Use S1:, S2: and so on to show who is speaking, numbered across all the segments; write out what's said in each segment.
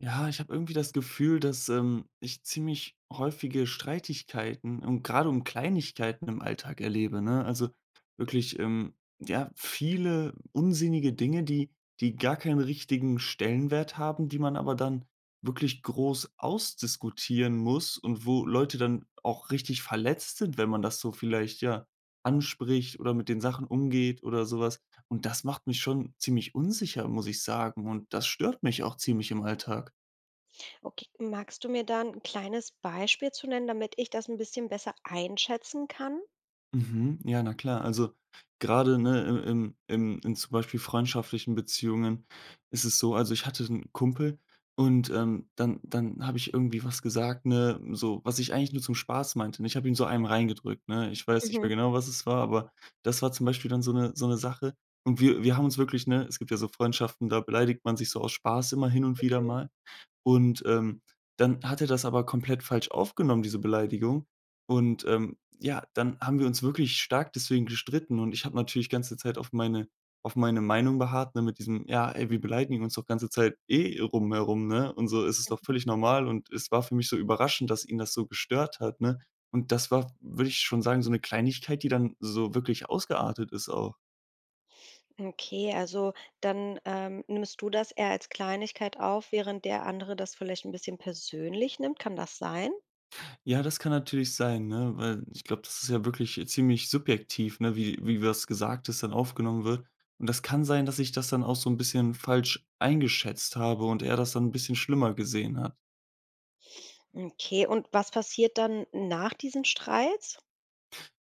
S1: Ja, ich habe irgendwie das Gefühl, dass, ich ziemlich häufige Streitigkeiten und gerade um Kleinigkeiten im Alltag erlebe, ne? Also, wirklich, ja, viele unsinnige Dinge, die gar keinen richtigen Stellenwert haben, die man aber dann wirklich groß ausdiskutieren muss und wo Leute dann auch richtig verletzt sind, wenn man das so vielleicht, ja, anspricht oder mit den Sachen umgeht oder sowas. Und das macht mich schon ziemlich unsicher, muss ich sagen, und das stört mich auch ziemlich im Alltag.
S2: Okay, magst du mir dann ein kleines Beispiel zu nennen, damit ich das ein bisschen besser einschätzen kann?
S1: Mhm. Ja, na klar. Also gerade, ne, im in zum Beispiel freundschaftlichen Beziehungen ist es so, also ich hatte einen Kumpel und, dann habe ich irgendwie was gesagt, ne, so, was ich eigentlich nur zum Spaß meinte, ne? Ich habe ihm so einem reingedrückt, ne? Ich weiß nicht
S2: Mhm,
S1: mehr genau, was es war, aber das war zum Beispiel dann so eine Sache, und wir haben uns wirklich, ne, es gibt ja so Freundschaften, da beleidigt man sich so aus Spaß immer hin und wieder
S2: mhm.
S1: mal. Und, dann hat er das aber komplett falsch aufgenommen, diese Beleidigung. Und, ja, dann haben wir uns wirklich stark deswegen gestritten, und ich habe natürlich ganze Zeit auf meine Meinung beharrt, ne, mit diesem: „Ja, ey, wir beleidigen uns doch ganze Zeit eh rumherum, ne, und so ist es doch völlig normal.“ Und es war für mich so überraschend, dass ihn das so gestört hat, ne? Und das war, würde ich schon sagen, so eine Kleinigkeit, die dann so wirklich ausgeartet ist auch.
S2: Okay, also dann, nimmst du das eher als Kleinigkeit auf, während der andere das vielleicht ein bisschen persönlich nimmt. Kann das sein?
S1: Ja, das kann natürlich sein, ne? Weil ich glaube, das ist ja wirklich ziemlich subjektiv, ne, wie was Gesagtes dann aufgenommen wird. Und das kann sein, dass ich das dann auch so ein bisschen falsch eingeschätzt habe und er das dann ein bisschen schlimmer gesehen hat.
S2: Okay, und was passiert dann nach diesen Streits?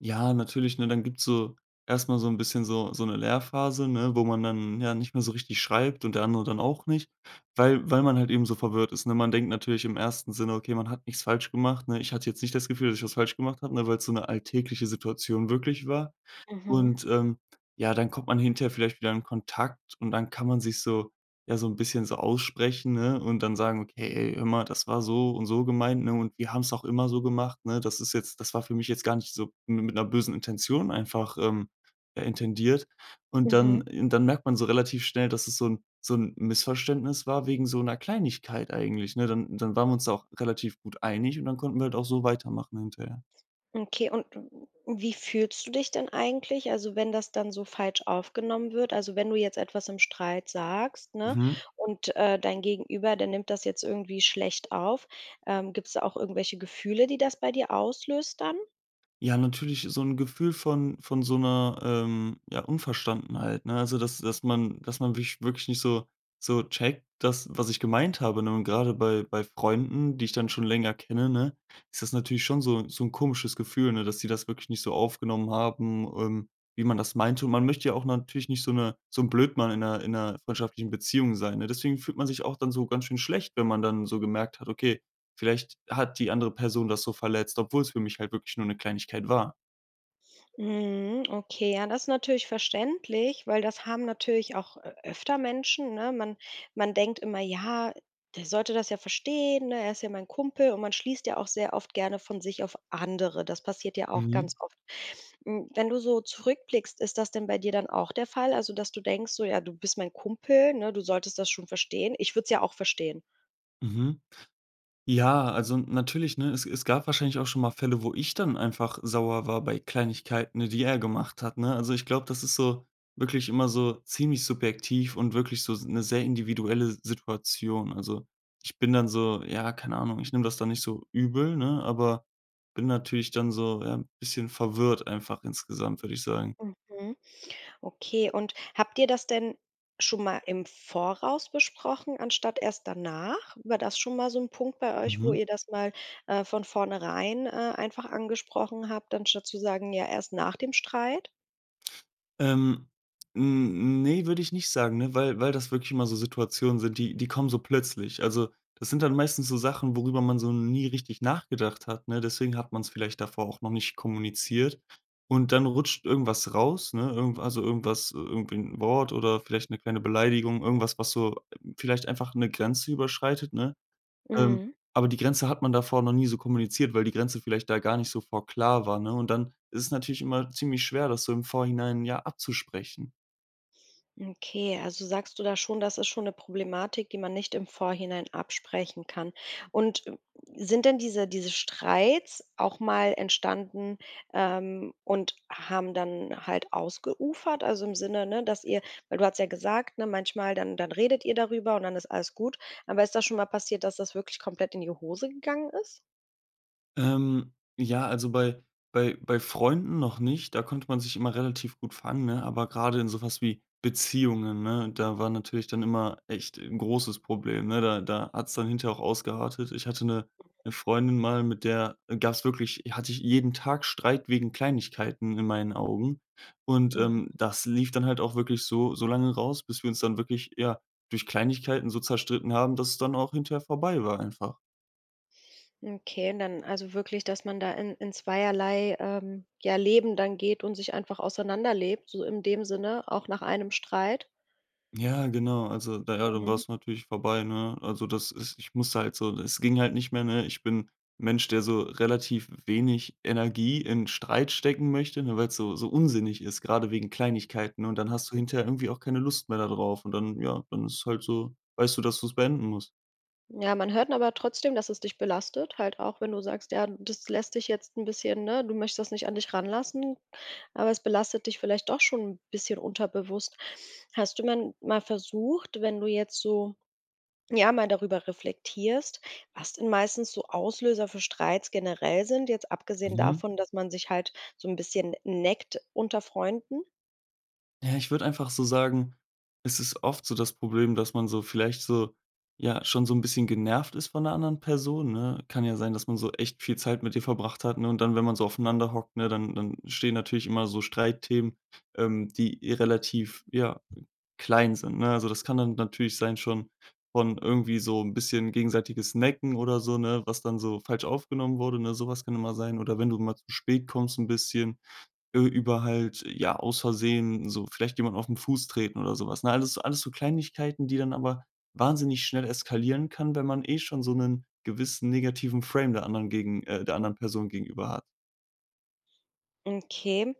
S1: Ja, natürlich, ne, dann gibt's so erstmal so ein bisschen so eine Lehrphase, ne, wo man dann, ja, nicht mehr so richtig schreibt und der andere dann auch nicht, weil man halt eben so verwirrt ist, ne? Man denkt natürlich im ersten Sinne: „Okay, man hat nichts falsch gemacht“, ne? Ich hatte jetzt nicht das Gefühl, dass ich was falsch gemacht habe, ne, weil es so eine alltägliche Situation wirklich war.
S2: Mhm.
S1: Und, ja, dann kommt man hinterher vielleicht wieder in Kontakt, und dann kann man sich so ja, so ein bisschen so aussprechen, ne, und dann sagen: „Okay, ey, hör mal, das war so und so gemeint, ne, und wir haben es auch immer so gemacht, ne? Das ist jetzt das war für mich jetzt gar nicht so mi mit einer bösen Intention einfach, ja, intendiert.“ Und
S2: Mhm.
S1: dann und dann merkt man so relativ schnell, dass es so ein Missverständnis war wegen so einer Kleinigkeit eigentlich, ne? Dann waren wir uns da auch relativ gut einig, und dann konnten wir halt auch so weitermachen hinterher.
S2: Okay, und w wie fühlst du dich denn eigentlich? Also, wenn das dann so falsch aufgenommen wird, also, wenn du jetzt etwas im Streit sagst, ne,
S1: Mhm.
S2: und, dein Gegenüber, der nimmt das jetzt irgendwie schlecht auf, gibt's da auch irgendwelche Gefühle, die das bei dir auslöst dann?
S1: Ja, natürlich so 'n Gefühl von so 'ner, ja, Unverstandenheit, ne? Also, dass man wirklich nicht so checkt, das, was ich gemeint habe, ne? Und grade bei Freunden, die ich dann schon länger kenne, ne, ist das natürlich schon so 'n komisches Gefühl, ne, dass die das wirklich nicht so aufgenommen haben, wie man das meinte. Und man möchte ja auch natürlich nicht so 'ne so 'n Blödmann in 'ner freundschaftlichen Beziehung sein, ne? Deswegen fühlt man sich auch dann so ganz schön schlecht, wenn man dann so gemerkt hat: „Okay, vielleicht hat die andere Person das so verletzt, obwohl es für mich halt wirklich nur 'ne Kleinigkeit war.“
S2: Mhm, okay, ja, das ist natürlich verständlich, weil das haben natürlich auch ö öfter Menschen, ne? Man denkt immer: „Ja, der sollte das ja verstehen, ne? Er ist ja mein Kumpel.“ Und man schließt ja auch sehr oft gerne von sich auf andere. Das passiert ja auch
S1: Mhm,
S2: ganz oft. Hm, wenn du so zurückblickst, ist das denn bei dir dann auch der Fall? Also, dass du denkst so: „Ja, du bist mein Kumpel, ne? Du solltest das schon verstehen.“ Ich würde es ja auch verstehen.
S1: mhm. Ja, also natürlich, ne? Es gab wahrscheinlich auch schon mal Fälle, wo ich dann einfach sauer war bei Kleinigkeiten, ne, die er gemacht hat, ne? Also, ich glaube, das ist so wirklich immer so ziemlich subjektiv und wirklich so s 'ne sehr individuelle Situation. Also, ich bin dann so ja, keine Ahnung, ich nehme das dann nicht so übel, ne, aber bin natürlich dann so, ja, 'n bisschen verwirrt einfach insgesamt, würde ich sagen.
S2: Mhm. Okay, und habt ihr das denn schon mal im Voraus besprochen, anstatt erst danach? War das schon mal so ein Punkt bei euch, wo
S1: Mhm.
S2: ihr das mal, von vornherein, einfach angesprochen habt, anstatt zu sagen: „Ja, erst nach dem Streit?“
S1: Ähm, n ne, würde ich nicht sagen, ne, weil das wirklich immer so Situationen sind, die kommen so plötzlich. Also, das sind dann meistens so Sachen, worüber man so nie richtig nachgedacht hat, ne? Deswegen hat man es vielleicht davor auch noch nicht kommuniziert. Und dann rutscht irgendwas raus, ne? Irgend also, irgendwas, irgendwie ein Wort oder vielleicht eine kleine Beleidigung, irgendwas, was so vielleicht einfach eine Grenze überschreitet, ne? Ähm,
S2: Mhm.
S1: aber die Grenze hat man davor noch nie so kommuniziert, weil die Grenze vielleicht da gar nicht so vor klar war, ne? Und dann ist es natürlich immer ziemlich schwer, das so im Vorhinein, ja, abzusprechen.
S2: Okay, also sagst du da schon, das ist schon eine Problematik, die man nicht im Vorhinein absprechen kann. Und, sind denn diese Streits auch mal entstanden, und haben dann halt ausgeufert? Also im Sinne, ne, dass ihr weil du hast ja gesagt, ne, manchmal dann redet ihr darüber und dann ist alles gut. Aber ist das schon mal passiert, dass das wirklich komplett in die Hose gegangen ist?
S1: Ja, also bei Freunden noch nicht, da konnte man sich immer relativ gut fangen, ne? Aber gerade in so was wie Beziehungen, ne, da war natürlich dann immer echt ein großes Problem, ne? Da hat's dann hinterher auch ausgeartet. Ich hatte eine Freundin mal, mit der gab's wirklich hatte ich jeden Tag Streit wegen Kleinigkeiten in meinen Augen. Und,
S2: Mhm.
S1: das lief dann halt auch wirklich so lange raus, bis wir uns dann wirklich, ja, durch Kleinigkeiten so zerstritten haben, dass es dann auch hinterher vorbei war einfach.
S2: Okay, und dann also wirklich, dass man da in zweierlei, ja, Leben dann geht und sich einfach auseinanderlebt, so in dem Sinne, auch nach einem Streit.
S1: Ja, genau. Also, da ja, dann war
S2: Mhm.
S1: es natürlich vorbei, ne? Also, das ist ich musste halt so es ging halt nicht mehr, ne? Ich bin ein Mensch, der so relativ wenig Energie in Streit stecken möchte, ne, weil es so unsinnig ist, gerade wegen Kleinigkeiten. Ne? Und dann hast du hinterher irgendwie auch keine Lust mehr darauf. Und dann ja, dann ist halt so weißt du, dass du es beenden musst.
S2: Ja, man hört aber trotzdem, dass es dich belastet, halt auch, wenn du sagst: „Ja, das lässt dich jetzt ein bisschen ne, du möchtest das nicht an dich ranlassen, aber es belastet dich vielleicht doch schon ein bisschen unterbewusst.“ Hast du man mal versucht, wenn du jetzt so ja, mal darüber reflektierst, was denn meistens so Auslöser für Streits generell sind, jetzt abgesehen
S1: Mhm.
S2: davon, dass man sich halt so ein bisschen neckt unter Freunden.
S1: Ja, ich würde einfach so sagen, es ist oft so das Problem, dass man so vielleicht so ja, schon so ein bisschen genervt ist von der anderen Person, ne? Kann ja sein, dass man so echt viel Zeit mit ihr verbracht hat, ne? Und dann, wenn man so aufeinander hockt, ne, dann stehen natürlich immer so Streitthemen, die eh relativ, ja, klein sind, ne? Also, das kann dann natürlich sein schon von irgendwie so ein bisschen gegenseitiges Necken oder so, ne, was dann so falsch aufgenommen wurde, ne? Sowas kann immer sein. Oder wenn du mal zu spät kommst ein bisschen über halt, ja, aus Versehen so vielleicht jemanden den Fuß treten oder sowas, ne? Alles so Kleinigkeiten, die dann aber wahnsinnig schnell eskalieren kann, wenn man eh schon so einen gewissen negativen Frame der anderen gegen der anderen Person gegenüber hat.
S2: Okay.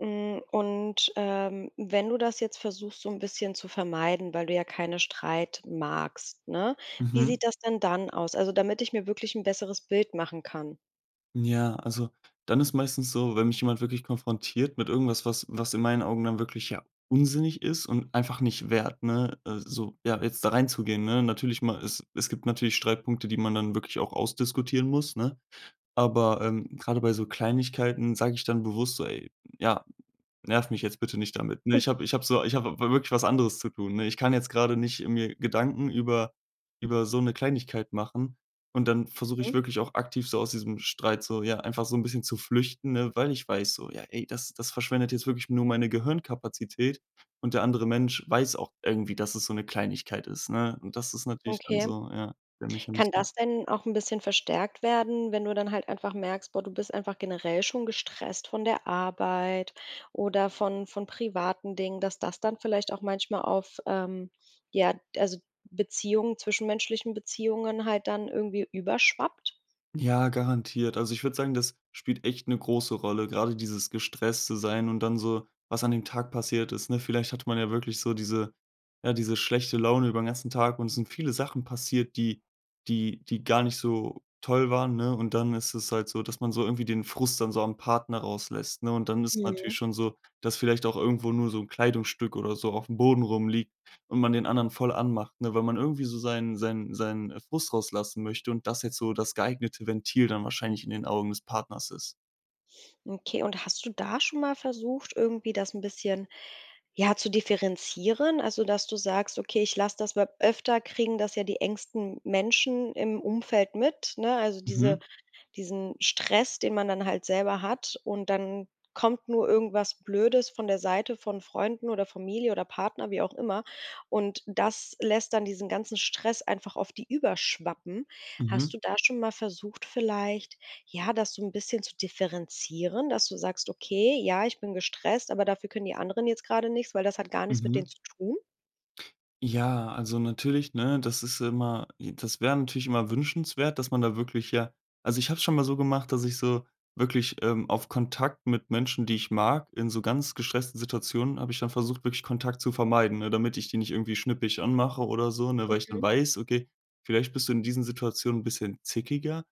S2: Hm, und, wenn du das jetzt versuchst, so ein bisschen zu vermeiden, weil du ja keine Streit magst, ne? Wie
S1: Mhm.
S2: sieht das denn dann aus? Also, damit ich mir wirklich ein besseres Bild machen kann.
S1: Ja, also, dann ist meistens so, wenn mich jemand wirklich konfrontiert mit irgendwas, was in meinen Augen dann wirklich, ja, unsinnig ist und einfach nicht wert, ne, so, ja, jetzt da reinzugehen, ne? Natürlich mal es gibt natürlich Streitpunkte, die man dann wirklich auch ausdiskutieren muss, ne? Aber, grade bei so Kleinigkeiten sage ich dann bewusst so: „Ey, ja, nerv mich jetzt bitte nicht damit, ne? Ich habe wirklich was anderes zu tun, ne? Ich kann jetzt gerade nicht mir Gedanken über so eine Kleinigkeit machen.“ Und dann versuche ich
S2: Mhm,
S1: wirklich auch aktiv so aus diesem Streit so ja, einfach so ein bisschen zu flüchten, ne, weil ich weiß so: „Ja, ey, das verschwendet jetzt wirklich nur meine Gehirnkapazität, und der andere Mensch weiß auch irgendwie, dass es so eine Kleinigkeit ist“, ne? Und das ist natürlich dann
S2: okay.
S1: so, ja, der
S2: Kann das
S1: Mechanismus.
S2: denn auch ein bisschen verstärkt werden, wenn du dann halt einfach merkst: Boah, du bist einfach generell schon gestresst von der Arbeit oder von privaten Dingen, dass das dann vielleicht auch manchmal auf, ja, also, Beziehungen zwischenmenschlichen Beziehungen halt dann irgendwie überschwappt?
S1: Ja, garantiert. Also, ich würde sagen, das spielt echt eine große Rolle, gerade dieses gestresste Sein und dann so, was an dem Tag passiert ist, ne? Vielleicht hat man ja wirklich so diese ja, diese schlechte Laune über den ganzen Tag, und es sind viele Sachen passiert, die gar nicht so toll waren, ne? Und dann ist es halt so, dass man so irgendwie den Frust dann so am Partner rauslässt, ne? Und dann ist natürlich
S2: Mhm.
S1: schon so, dass vielleicht auch irgendwo nur so ein Kleidungsstück oder so auf dem Boden rumliegt und man den anderen voll anmacht, ne, weil man irgendwie so seinen, Frust rauslassen möchte und das jetzt so das geeignete Ventil dann wahrscheinlich in den Augen des Partners ist.
S2: Okay, und hast du da schon mal versucht, irgendwie das ein bisschen, ja, zu differenzieren? Also, dass du sagst: „Okay, ich lasse das“ weil öfter kriegen das ja die engsten Menschen im Umfeld mit, ne? Also,
S1: Mhm,
S2: diesen Stress, den man dann halt selber hat und dann kommt nur irgendwas Blödes von der Seite von Freunden oder Familie oder Partner, wie auch immer. Und das lässt dann diesen ganzen Stress einfach auf die überschwappen. Hast
S1: mhm,
S2: du da schon mal versucht, vielleicht ja, das so ein bisschen zu differenzieren, dass du sagst: „Okay, ja, ich bin gestresst, aber dafür können die anderen jetzt gerade nichts, weil das hat gar nichts mit
S1: mhm.
S2: denen zu tun?“
S1: Ja, also natürlich, ne, das ist immer das wäre natürlich immer wünschenswert, dass man da wirklich ja also, ich habe es schon mal so gemacht, dass ich so wirklich, auf Kontakt mit Menschen, die ich mag in so ganz gestressten Situationen habe ich dann versucht, wirklich Kontakt zu vermeiden, ne, damit ich die nicht irgendwie schnippig anmache oder so, ne, weil ich dann
S2: Mhm,
S1: weiß: „Okay, vielleicht bist du in diesen Situationen ein bisschen zickiger.“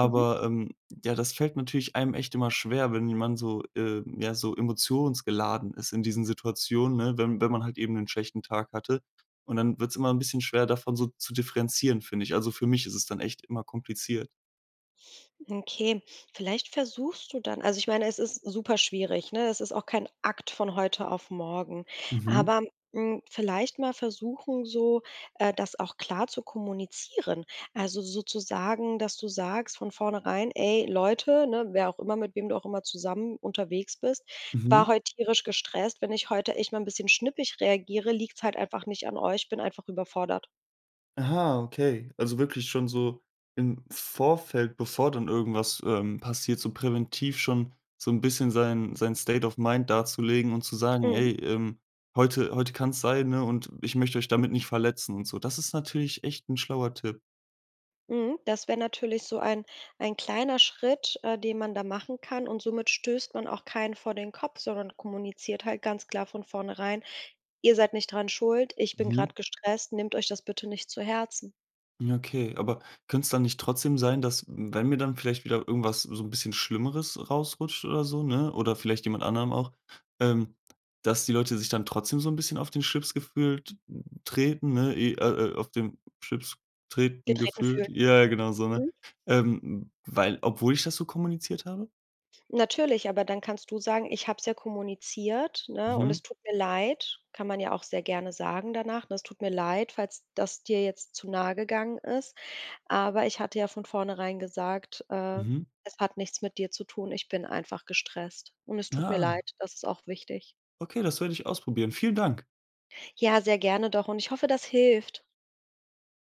S2: mhm.
S1: ja, das fällt natürlich einem echt immer schwer, wenn man so, ja, so emotionsgeladen ist in diesen Situationen, ne, wenn man halt eben einen schlechten Tag hatte. Und dann wird's immer 'n bisschen schwer, davon so zu differenzieren, finde ich. Also, für mich ist es dann echt immer kompliziert.
S2: Okay, vielleicht versuchst du dann also, ich meine, es ist super schwierig, ne? Es ist auch kein Akt von heute auf morgen.
S1: Mhm,
S2: Aber, hm, vielleicht mal versuchen, so, das auch klar zu kommunizieren. Also, sozusagen, dass du sagst von vornherein: „Ey, Leute“, ne, wer auch immer, mit wem du auch immer zusammen unterwegs bist, „war
S1: mhm.
S2: heute tierisch gestresst. Wenn ich heute echt mal ein bisschen schnippig reagiere, liegt's halt einfach nicht an euch, bin einfach überfordert.“
S1: Aha, okay. Also, wirklich schon so im Vorfeld, bevor dann irgendwas, passiert, so präventiv schon so 'n bisschen sein State of Mind darzulegen und zu sagen:
S2: Mhm.
S1: „Ey, heute kann's sein, ne, und ich möchte euch damit nicht verletzen“ und so. Das ist natürlich echt 'n schlauer Tipp.
S2: Mhm, das wäre natürlich so ein kleiner Schritt, den man da machen kann und somit stößt man auch keinen vor den Kopf, sondern kommuniziert halt ganz klar von vornherein: „Ihr seid nicht dran schuld, ich bin
S1: Mhm.
S2: gerade gestresst, nehmt euch das bitte nicht zu Herzen.“
S1: Ja, okay, aber könnte es dann nicht trotzdem sein, dass, wenn mir dann vielleicht wieder irgendwas so ein bisschen Schlimmeres rausrutscht oder so, ne, oder vielleicht jemand anderem auch, ähm, dass die Leute sich dann trotzdem so ein bisschen auf den Schlips gefühlt treten, ne, auf den Schlips treten
S2: Getreten fühlen.
S1: gefühlt. Ja, ja, genau so, ne?
S2: Mhm.
S1: Weil obwohl ich das so kommuniziert habe?
S2: Natürlich, aber dann kannst du sagen: „Ich habe es ja kommuniziert, ne, und
S1: Mhm,
S2: es tut mir leid.“ Kann man ja auch sehr gerne sagen danach, ne: „Es tut mir leid, falls das dir jetzt zu nahe gegangen ist.“ Aber ich hatte ja von vornherein gesagt:
S1: mhm.
S2: es hat nichts mit dir zu tun, ich bin einfach gestresst und es tut mir
S1: Ah,
S2: leid.“ Das ist auch wichtig.
S1: okay, das werde ich ausprobieren. Vielen Dank.
S2: Ja, sehr gerne doch und ich hoffe, das hilft.